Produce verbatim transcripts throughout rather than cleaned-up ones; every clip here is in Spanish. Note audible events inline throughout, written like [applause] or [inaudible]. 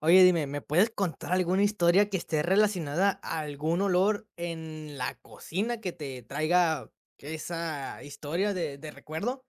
Oye, dime, ¿me puedes contar alguna historia que esté relacionada a algún olor en la cocina que te traiga esa historia de, de recuerdo?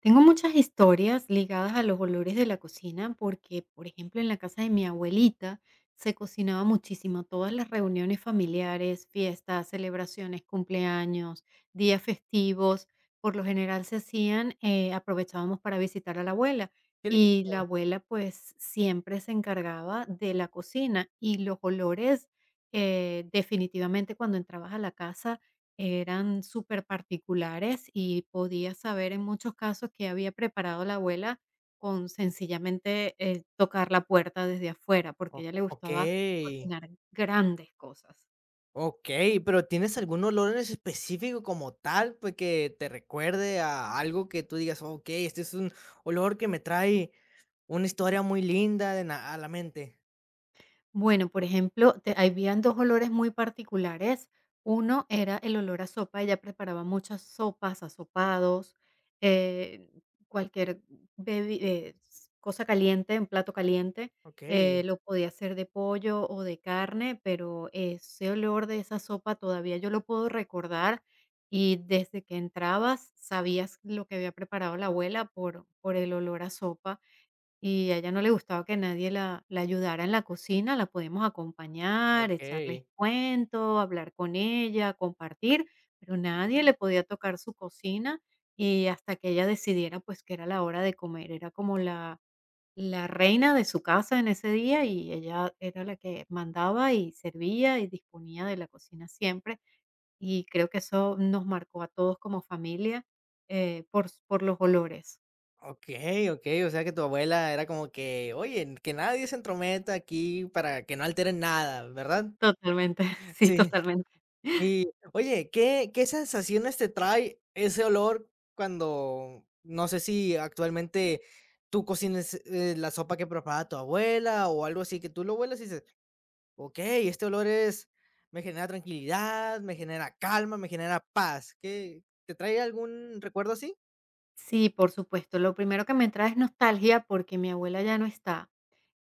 Tengo muchas historias ligadas a los olores de la cocina porque, por ejemplo, en la casa de mi abuelita se cocinaba muchísimo. Todas las reuniones familiares, fiestas, celebraciones, cumpleaños, días festivos, por lo general se hacían, eh, aprovechábamos para visitar a la abuela Qué y la lindo. abuela pues siempre se encargaba de la cocina y los olores eh, definitivamente cuando entrabas a la casa eran súper particulares y podía saber en muchos casos que había preparado la abuela con sencillamente, eh, tocar la puerta desde afuera, porque a O- ella le Ok, gustaba cocinar grandes cosas. ok, pero ¿tienes algún olor en específico como tal, pues que te recuerde a algo que tú digas, ok, este es un olor que me trae una historia muy linda de na- a la mente? Bueno, por ejemplo, te habían dos olores muy particulares. Uno era el olor a sopa, ella preparaba muchas sopas, asopados, eh, cualquier bebi eh, s cosa caliente, un plato caliente, Ok, eh, lo podía hacer de pollo o de carne, pero ese olor de esa sopa todavía yo lo puedo recordar, y desde que entrabas sabías lo que había preparado la abuela por por el olor a sopa. Y a ella no le gustaba que nadie la la ayudara en la cocina, la podemos acompañar, echarles ok. cuento, hablar con ella, compartir, pero nadie le podía tocar su cocina, y hasta que ella decidiera, pues, que era la hora de comer. Era como la la reina de su casa en ese día, y ella era la que mandaba y servía y disponía de la cocina siempre, y creo que eso nos marcó a todos como familia, eh, por por los olores. Okey, okey, o sea que tu abuela era como que: "Oye, que nadie se entrometa aquí para que no alteren nada", ¿verdad? Totalmente, [laughs] sí, Sí. totalmente. Y, oye, ¿qué qué sensaciones te trae ese olor cuando no sé si actualmente tú cocines, eh, la sopa que preparaba tu abuela o algo así, que tú lo huelas y dices: "Okey, este olor es me genera tranquilidad, me genera calma, me genera paz"? ¿Qué te trae algún recuerdo así? Sí, por supuesto. Lo primero que me trae es nostalgia porque mi abuela ya no está.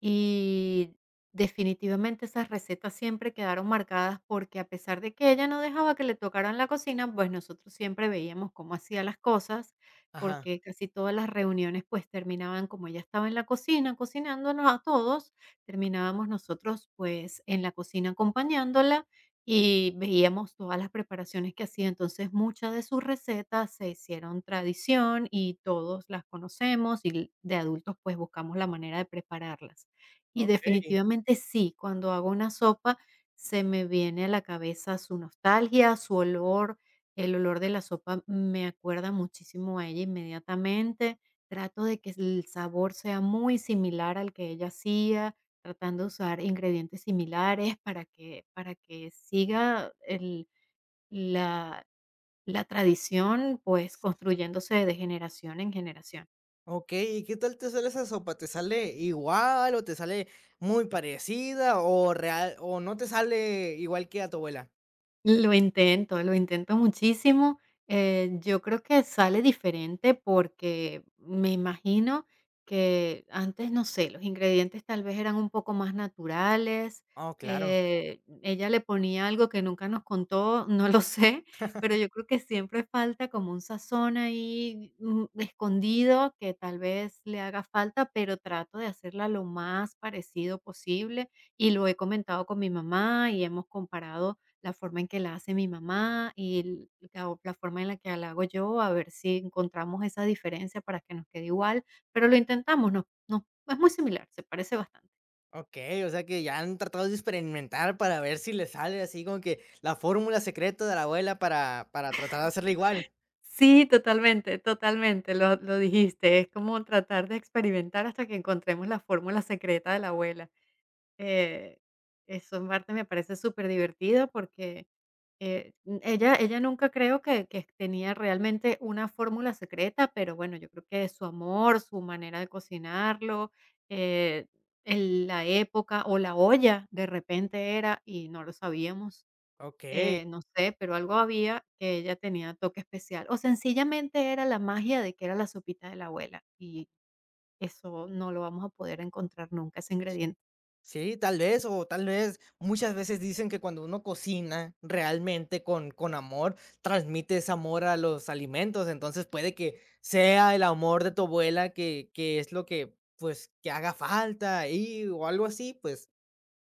Y definitivamente esas recetas siempre quedaron marcadas porque a pesar de que ella no dejaba que le tocaran la cocina, pues nosotros siempre veíamos cómo hacía las cosas, Ajá, porque casi todas las reuniones pues terminaban como ella estaba en la cocina cocinándonos a todos, terminábamos nosotros pues en la cocina acompañándola y veíamos todas las preparaciones que hacía. Entonces muchas de sus recetas se hicieron tradición y todos las conocemos y de adultos pues buscamos la manera de prepararlas. Y okey. definitivamente sí, cuando hago una sopa se me viene a la cabeza su nostalgia, su olor, el olor de la sopa me acuerda muchísimo a ella inmediatamente. Trato de que el sabor sea muy similar al que ella hacía, tratando de usar ingredientes similares para que, para que siga el- la, la tradición, pues construyéndose de generación en generación. Okey, ¿y qué tal te sale esa sopa? ¿Te sale igual o te sale muy parecida o real o no te sale igual que a tu abuela? Lo intento, lo intento muchísimo. Eh, yo creo que sale diferente porque me imagino que antes, no sé, los ingredientes tal vez eran un poco más naturales. Oh, claro. eh, ella le ponía algo que nunca nos contó, no lo [laughs] sé, pero yo creo que siempre falta como un sazón ahí mm, escondido que tal vez le haga falta, pero trato de hacerla lo más parecido posible y lo he comentado con mi mamá y hemos comparado la forma en que la hace mi mamá y el- la, o- la forma en la que la hago yo, a ver si encontramos esa diferencia para que nos quede igual, pero lo intentamos, no, no, es muy similar, se parece bastante. Okey, o sea que ya han tratado de experimentar para ver si le sale así como que la fórmula secreta de la abuela para para tratar de hacerla igual. Sí, totalmente, totalmente, lo, lo dijiste. Es como tratar de experimentar hasta que encontremos la fórmula secreta de la abuela. Eh, Eso en parte me parece súper divertido porque, eh, mm, ella ella nunca creo que que tenía realmente una fórmula secreta, pero bueno, yo creo que su amor, su manera de cocinarlo, eh, el la época o la olla de repente era y no lo sabíamos, Okey. eh, no sé, pero algo había que ella tenía toque especial, o sencillamente era la magia de que era la sopita de la abuela, y eso no lo vamos a poder encontrar nunca, ese ingrediente. Sí, tal vez, o tal vez muchas veces dicen que cuando uno cocina realmente con, con amor, transmite ese amor a los alimentos. Entonces puede que sea el amor de tu abuela que, que es lo que, pues, que haga falta ahí o algo así, pues,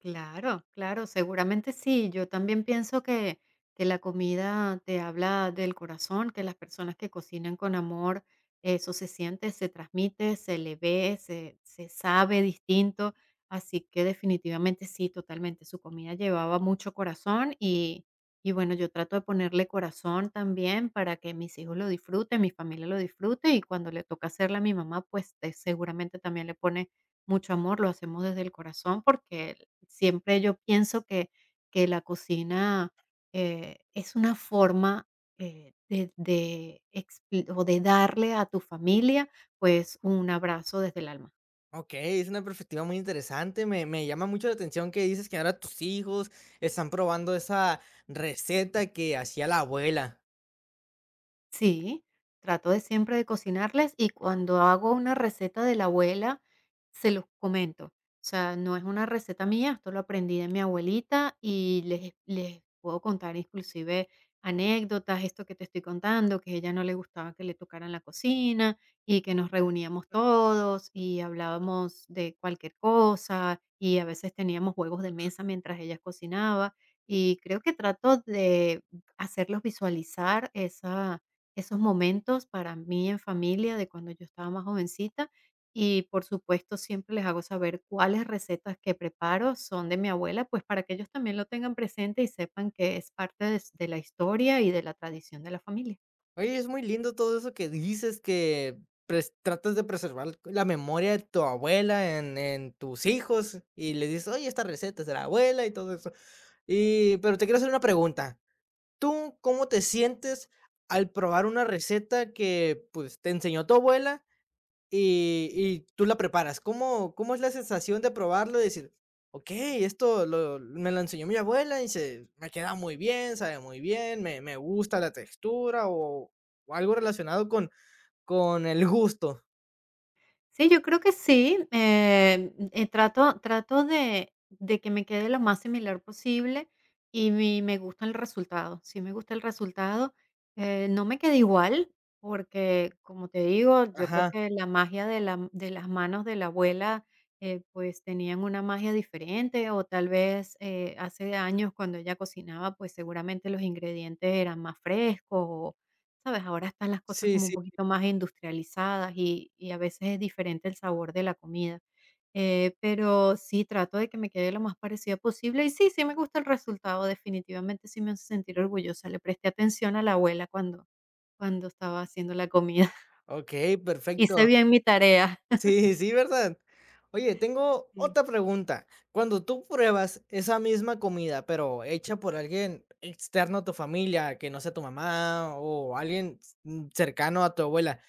Claro, claro, seguramente sí. Yo también pienso que, que la comida te habla del corazón, que las personas que cocinan con amor, eso se siente, se transmite, se le ve, se, se sabe distinto. Así que definitivamente sí, totalmente. Su comida llevaba mucho corazón y, y bueno, yo trato de ponerle corazón también para que mis hijos lo disfruten, mi familia lo disfrute y cuando le toca hacerla a mi mamá, pues eh, seguramente también le pone mucho amor, lo hacemos desde el corazón porque siempre yo pienso que que la cocina, eh, es una forma, eh, de de expli o de darle a tu familia, pues, un abrazo desde el alma. ok, es una perspectiva muy interesante. Me, me llama mucho la atención que dices que ahora tus hijos están probando esa receta que hacía la abuela. Sí, trato de siempre de cocinarles y cuando hago una receta de la abuela, se los comento. O sea, no es una receta mía, esto lo aprendí de mi abuelita y les, les puedo contar inclusive anécdotas, esto que te estoy contando, que a ella no le gustaba que le tocaran la cocina y que nos reuníamos todos y hablábamos de cualquier cosa y a veces teníamos juegos de mesa mientras ella cocinaba y creo que trato de hacerlos visualizar esa esos momentos para mí en familia de cuando yo estaba más jovencita y por supuesto siempre les hago saber cuáles recetas que preparo son de mi abuela, pues para que ellos también lo tengan presente y sepan que es parte de s de la historia y de la tradición de la familia. Oye, es muy lindo todo eso que dices, que pres tratas de preservar la memoria de tu abuela en en tus hijos, y les dices: "Oye, esta receta es de la abuela", y todo eso. Y, pero te quiero hacer una pregunta, ¿tú cómo te sientes al probar una receta que, pues, te enseñó tu abuela, y y tú la preparas? ¿Cómo cómo es la sensación de probarlo y decir: "Okey, esto lo me lo enseñó mi abuela y se me queda muy bien, sabe muy bien, me me gusta la textura", o o algo relacionado con con el gusto? Sí, yo creo que sí, eh, eh, trato trato de de que me quede lo más similar posible y mi me gusta el resultado, sí me gusta el resultado, eh, no me queda igual, porque, como te digo, yo creo Ajá, que la magia de la de las manos de la abuela, eh, pues, tenían una magia diferente, o tal vez, eh, hace años cuando ella cocinaba, pues, seguramente los ingredientes eran más frescos. ¿Sabes? Ahora están las cosas sí, como un sí. poquito más industrializadas y, y a veces es diferente el sabor de la comida. Eh, pero sí, trato de que me quede lo más parecida posible y sí, sí me gusta el resultado, definitivamente sí me hace sentir orgullosa. Le presté atención a la abuela cuando, cuando estaba haciendo la comida. [laughs] Okey, Hice perfecto. bien mi tarea. Sí, sí, ¿verdad? Oye, tengo otra pregunta. Cuando tú pruebas esa misma comida, pero hecha por alguien externo a tu familia, que no sea tu mamá o alguien, mm, cercano a tu abuela.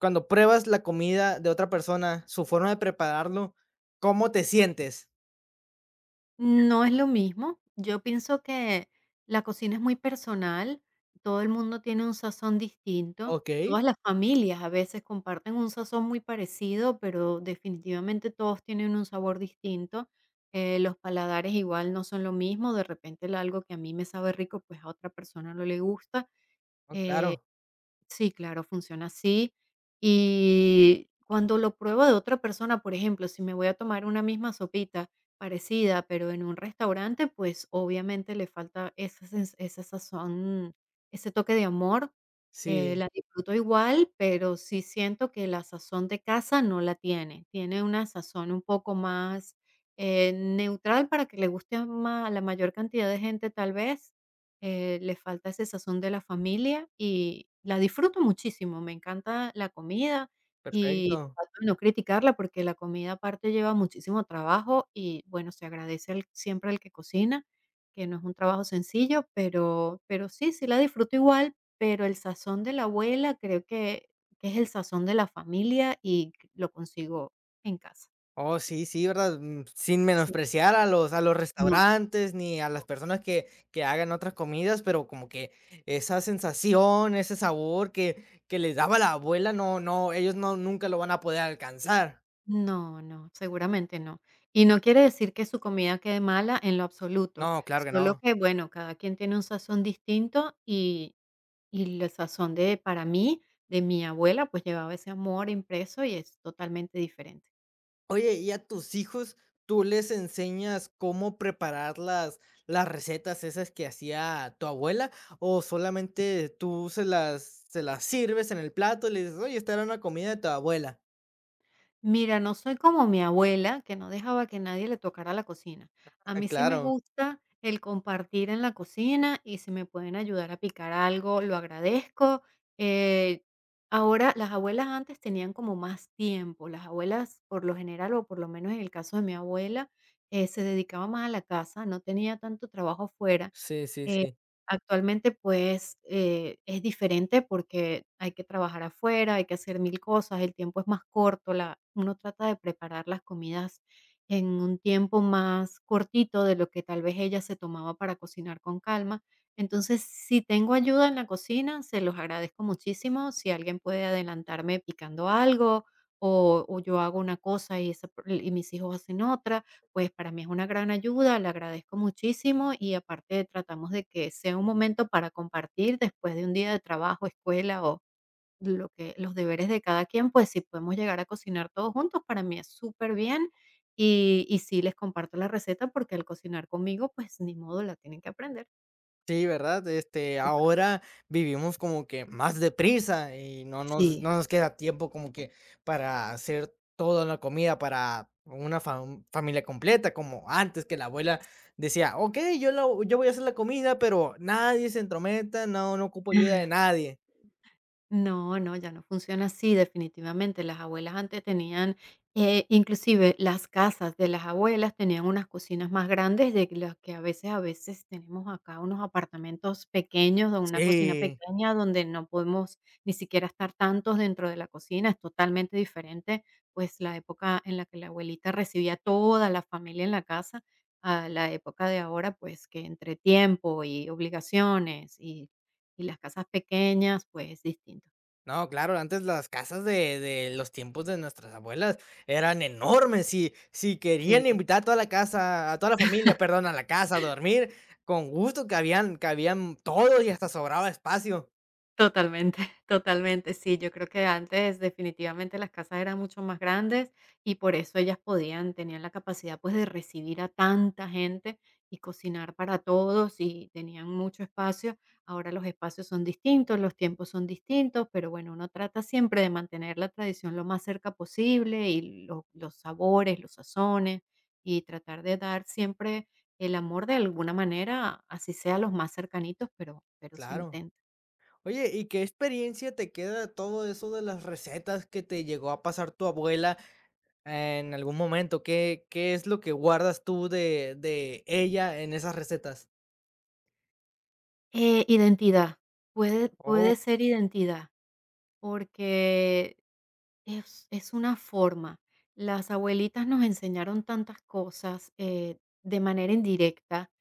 Cuando pruebas la comida de otra persona, su forma de prepararlo, ¿cómo te sientes? No es lo mismo. Yo pienso que la cocina es muy personal, todo el mundo tiene un sazón distinto, Okey. todas las familias a veces comparten un sazón muy parecido, pero definitivamente todos tienen un sabor distinto. eh, los paladares igual no son lo mismo, de repente el algo que a mí me sabe rico, pues a otra persona no le gusta. Oh, eh, claro. Sí, claro, funciona así. Y cuando lo pruebo de otra persona, por ejemplo, si me voy a tomar una misma sopita parecida, pero en un restaurante, pues obviamente le falta esa, sens- esa sazón, ese toque de amor. eh, Sí, la disfruto igual, pero sí siento que la sazón de casa no la tiene. Tiene una sazón un poco más eh, neutral para que le guste a ma- a la mayor cantidad de gente, tal vez eh, le falta ese sazón de la familia y la disfruto muchísimo. Me encanta la comida y perfecto. trato de no criticarla porque la comida aparte lleva muchísimo trabajo y bueno, se agradece al- siempre al que cocina, que no es un trabajo sencillo, pero, pero sí, sí la disfruto igual, pero el sazón de la abuela creo que, que es el sazón de la familia y lo consigo en casa. Oh, sí, sí, ¿verdad? Mm, sin Sí. menospreciar a los a los No, restaurantes, ni a las personas que que hagan otras comidas, pero como que esa sensación, ese sabor que que les daba la abuela, no no, ellos no nunca lo van a poder alcanzar. no, no, seguramente no. Y no quiere decir que su comida quede mala en lo absoluto, No, claro que solo no. que, bueno, cada quien tiene un sazón distinto y y el sazón de para mí, de mi abuela, pues llevaba ese amor impreso y es totalmente diferente. Oye, ¿y a tus hijos tú les enseñas cómo preparar las las recetas esas que hacía tu abuela, o solamente tú se las se las sirves en el plato y le dices: "Oye, esta era una comida de tu abuela"? Mira, no soy como mi abuela, que no dejaba que nadie le tocara la cocina. A Ah, mí sí me claro. gusta el compartir en la cocina y si me pueden ayudar a picar algo, lo agradezco. Eh, ahora, las abuelas antes tenían como más tiempo. Las abuelas, por lo general, o por lo menos en el caso de mi abuela, eh, se dedicaba más a la casa, no tenía tanto trabajo fuera. Sí, sí, Eh, sí. actualmente, pues, eh, es diferente porque hay que trabajar afuera, hay que hacer mil cosas, el tiempo es más corto, la uno trata de preparar las comidas en un tiempo más cortito de lo que tal vez ella se tomaba para cocinar con calma. Entonces, si tengo ayuda en la cocina, se los agradezco muchísimo. Si alguien puede adelantarme picando algo o o yo hago una cosa y esa per- y mis hijos hacen otra, pues para mí es una gran ayuda, le agradezco muchísimo y aparte tratamos de que sea un momento para compartir después de un día de trabajo, escuela o lo que los deberes de cada quien, pues si podemos llegar a cocinar todos juntos, para mí es súper bien. Y, y sí, les comparto la receta porque al cocinar conmigo, pues ni modo, la tienen que aprender. Sí, ¿verdad? Este, Claro. ahora vivimos como que más deprisa y no nos Sí. no nos queda tiempo como que para hacer toda la comida para una fam familia completa, como antes que la abuela decía: "Okey, yo lo yo voy a hacer la comida, pero nadie se entrometa, no no ocupo ayuda de nadie". No, no, ya no funciona así, definitivamente. Las abuelas antes tenían, eh, inclusive las casas de las abuelas tenían unas cocinas más grandes de las que a veces, a veces tenemos acá unos apartamentos pequeños, o una cocina Sí. pequeña donde no podemos ni siquiera estar tantos dentro de la cocina. Es totalmente diferente, pues, la época en la que la abuelita recibía a toda la familia en la casa, a la época de ahora, pues, que entre tiempo y obligaciones y y las casas pequeñas, pues, es distinto. No, claro, antes las casas de de los tiempos de nuestras abuelas eran enormes. Si si querían Sí, invitar a toda la casa a toda la familia, perdón, a la casa a dormir, con gusto cabían cabían todos y hasta sobraba espacio. totalmente, [laughs] totalmente. Sí, yo creo que antes definitivamente las casas eran mucho más grandes y por eso ellas podían, tenían la capacidad pues de recibir a tanta gente y cocinar para todos y tenían mucho espacio. Ahora los espacios son distintos, los tiempos son distintos, pero bueno, uno trata siempre de mantener la tradición lo más cerca posible y lo- los sabores, los sazones y tratar de dar siempre el amor de alguna manera, así sea los más cercanitos, pero, pero se Claro. intenta. Oye, ¿y qué experiencia te queda de todo eso de las recetas que te llegó a pasar tu abuela en algún momento? ¿Qué qué es lo que guardas tú de de ella en esas recetas? Eh, identidad, puede Oh, puede ser identidad, porque es es una forma. Las abuelitas nos enseñaron tantas cosas, eh, de manera indirecta,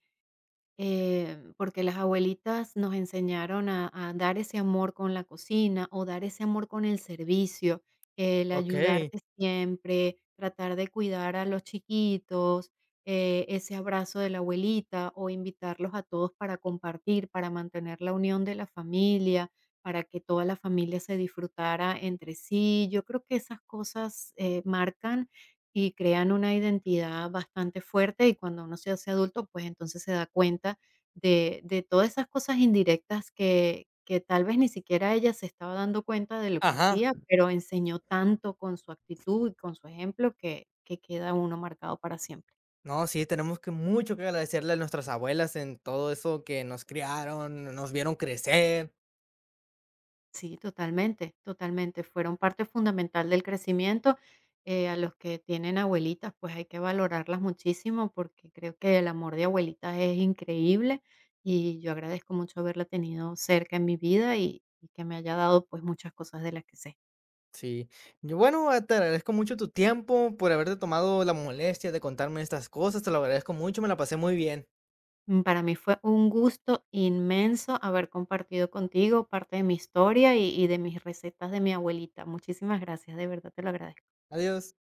Em, porque las abuelitas nos enseñaron a a dar ese amor con la cocina, o dar ese amor con el servicio, el okey. ayudarte siempre, tratar de cuidar a los chiquitos, eh, ese abrazo de la abuelita, o invitarlos a todos para compartir, para mantener la unión de la familia, para que toda la familia se disfrutara entre sí. Yo creo que esas cosas, eh, marcan y crean una identidad bastante fuerte y cuando uno se hace adulto, pues entonces se da cuenta de, de todas esas cosas indirectas que, que tal vez ni siquiera ella se estaba dando cuenta de lo que Ajá. hacía, pero enseñó tanto con su actitud y con su ejemplo que, que queda uno marcado para siempre. No, sí, tenemos que mucho que agradecerle a nuestras abuelas en todo eso que nos criaron, nos vieron crecer. Sí, totalmente, totalmente. Fueron parte fundamental del crecimiento. Eh, a los que tienen abuelitas, pues hay que valorarlas muchísimo porque creo que el amor de abuelitas es increíble y yo agradezco mucho haberla tenido cerca en mi vida y, y que me haya dado pues muchas cosas de las que sé. Sí. Yo, bueno, eh, te agradezco mucho tu tiempo por haberte tomado la molestia de contarme estas cosas. Te lo agradezco mucho, me la pasé muy bien. Mm, Para mí fue un gusto inmenso haber compartido contigo parte de mi historia y y de mis recetas de mi abuelita. Muchísimas gracias, de verdad te lo agradezco. Adiós.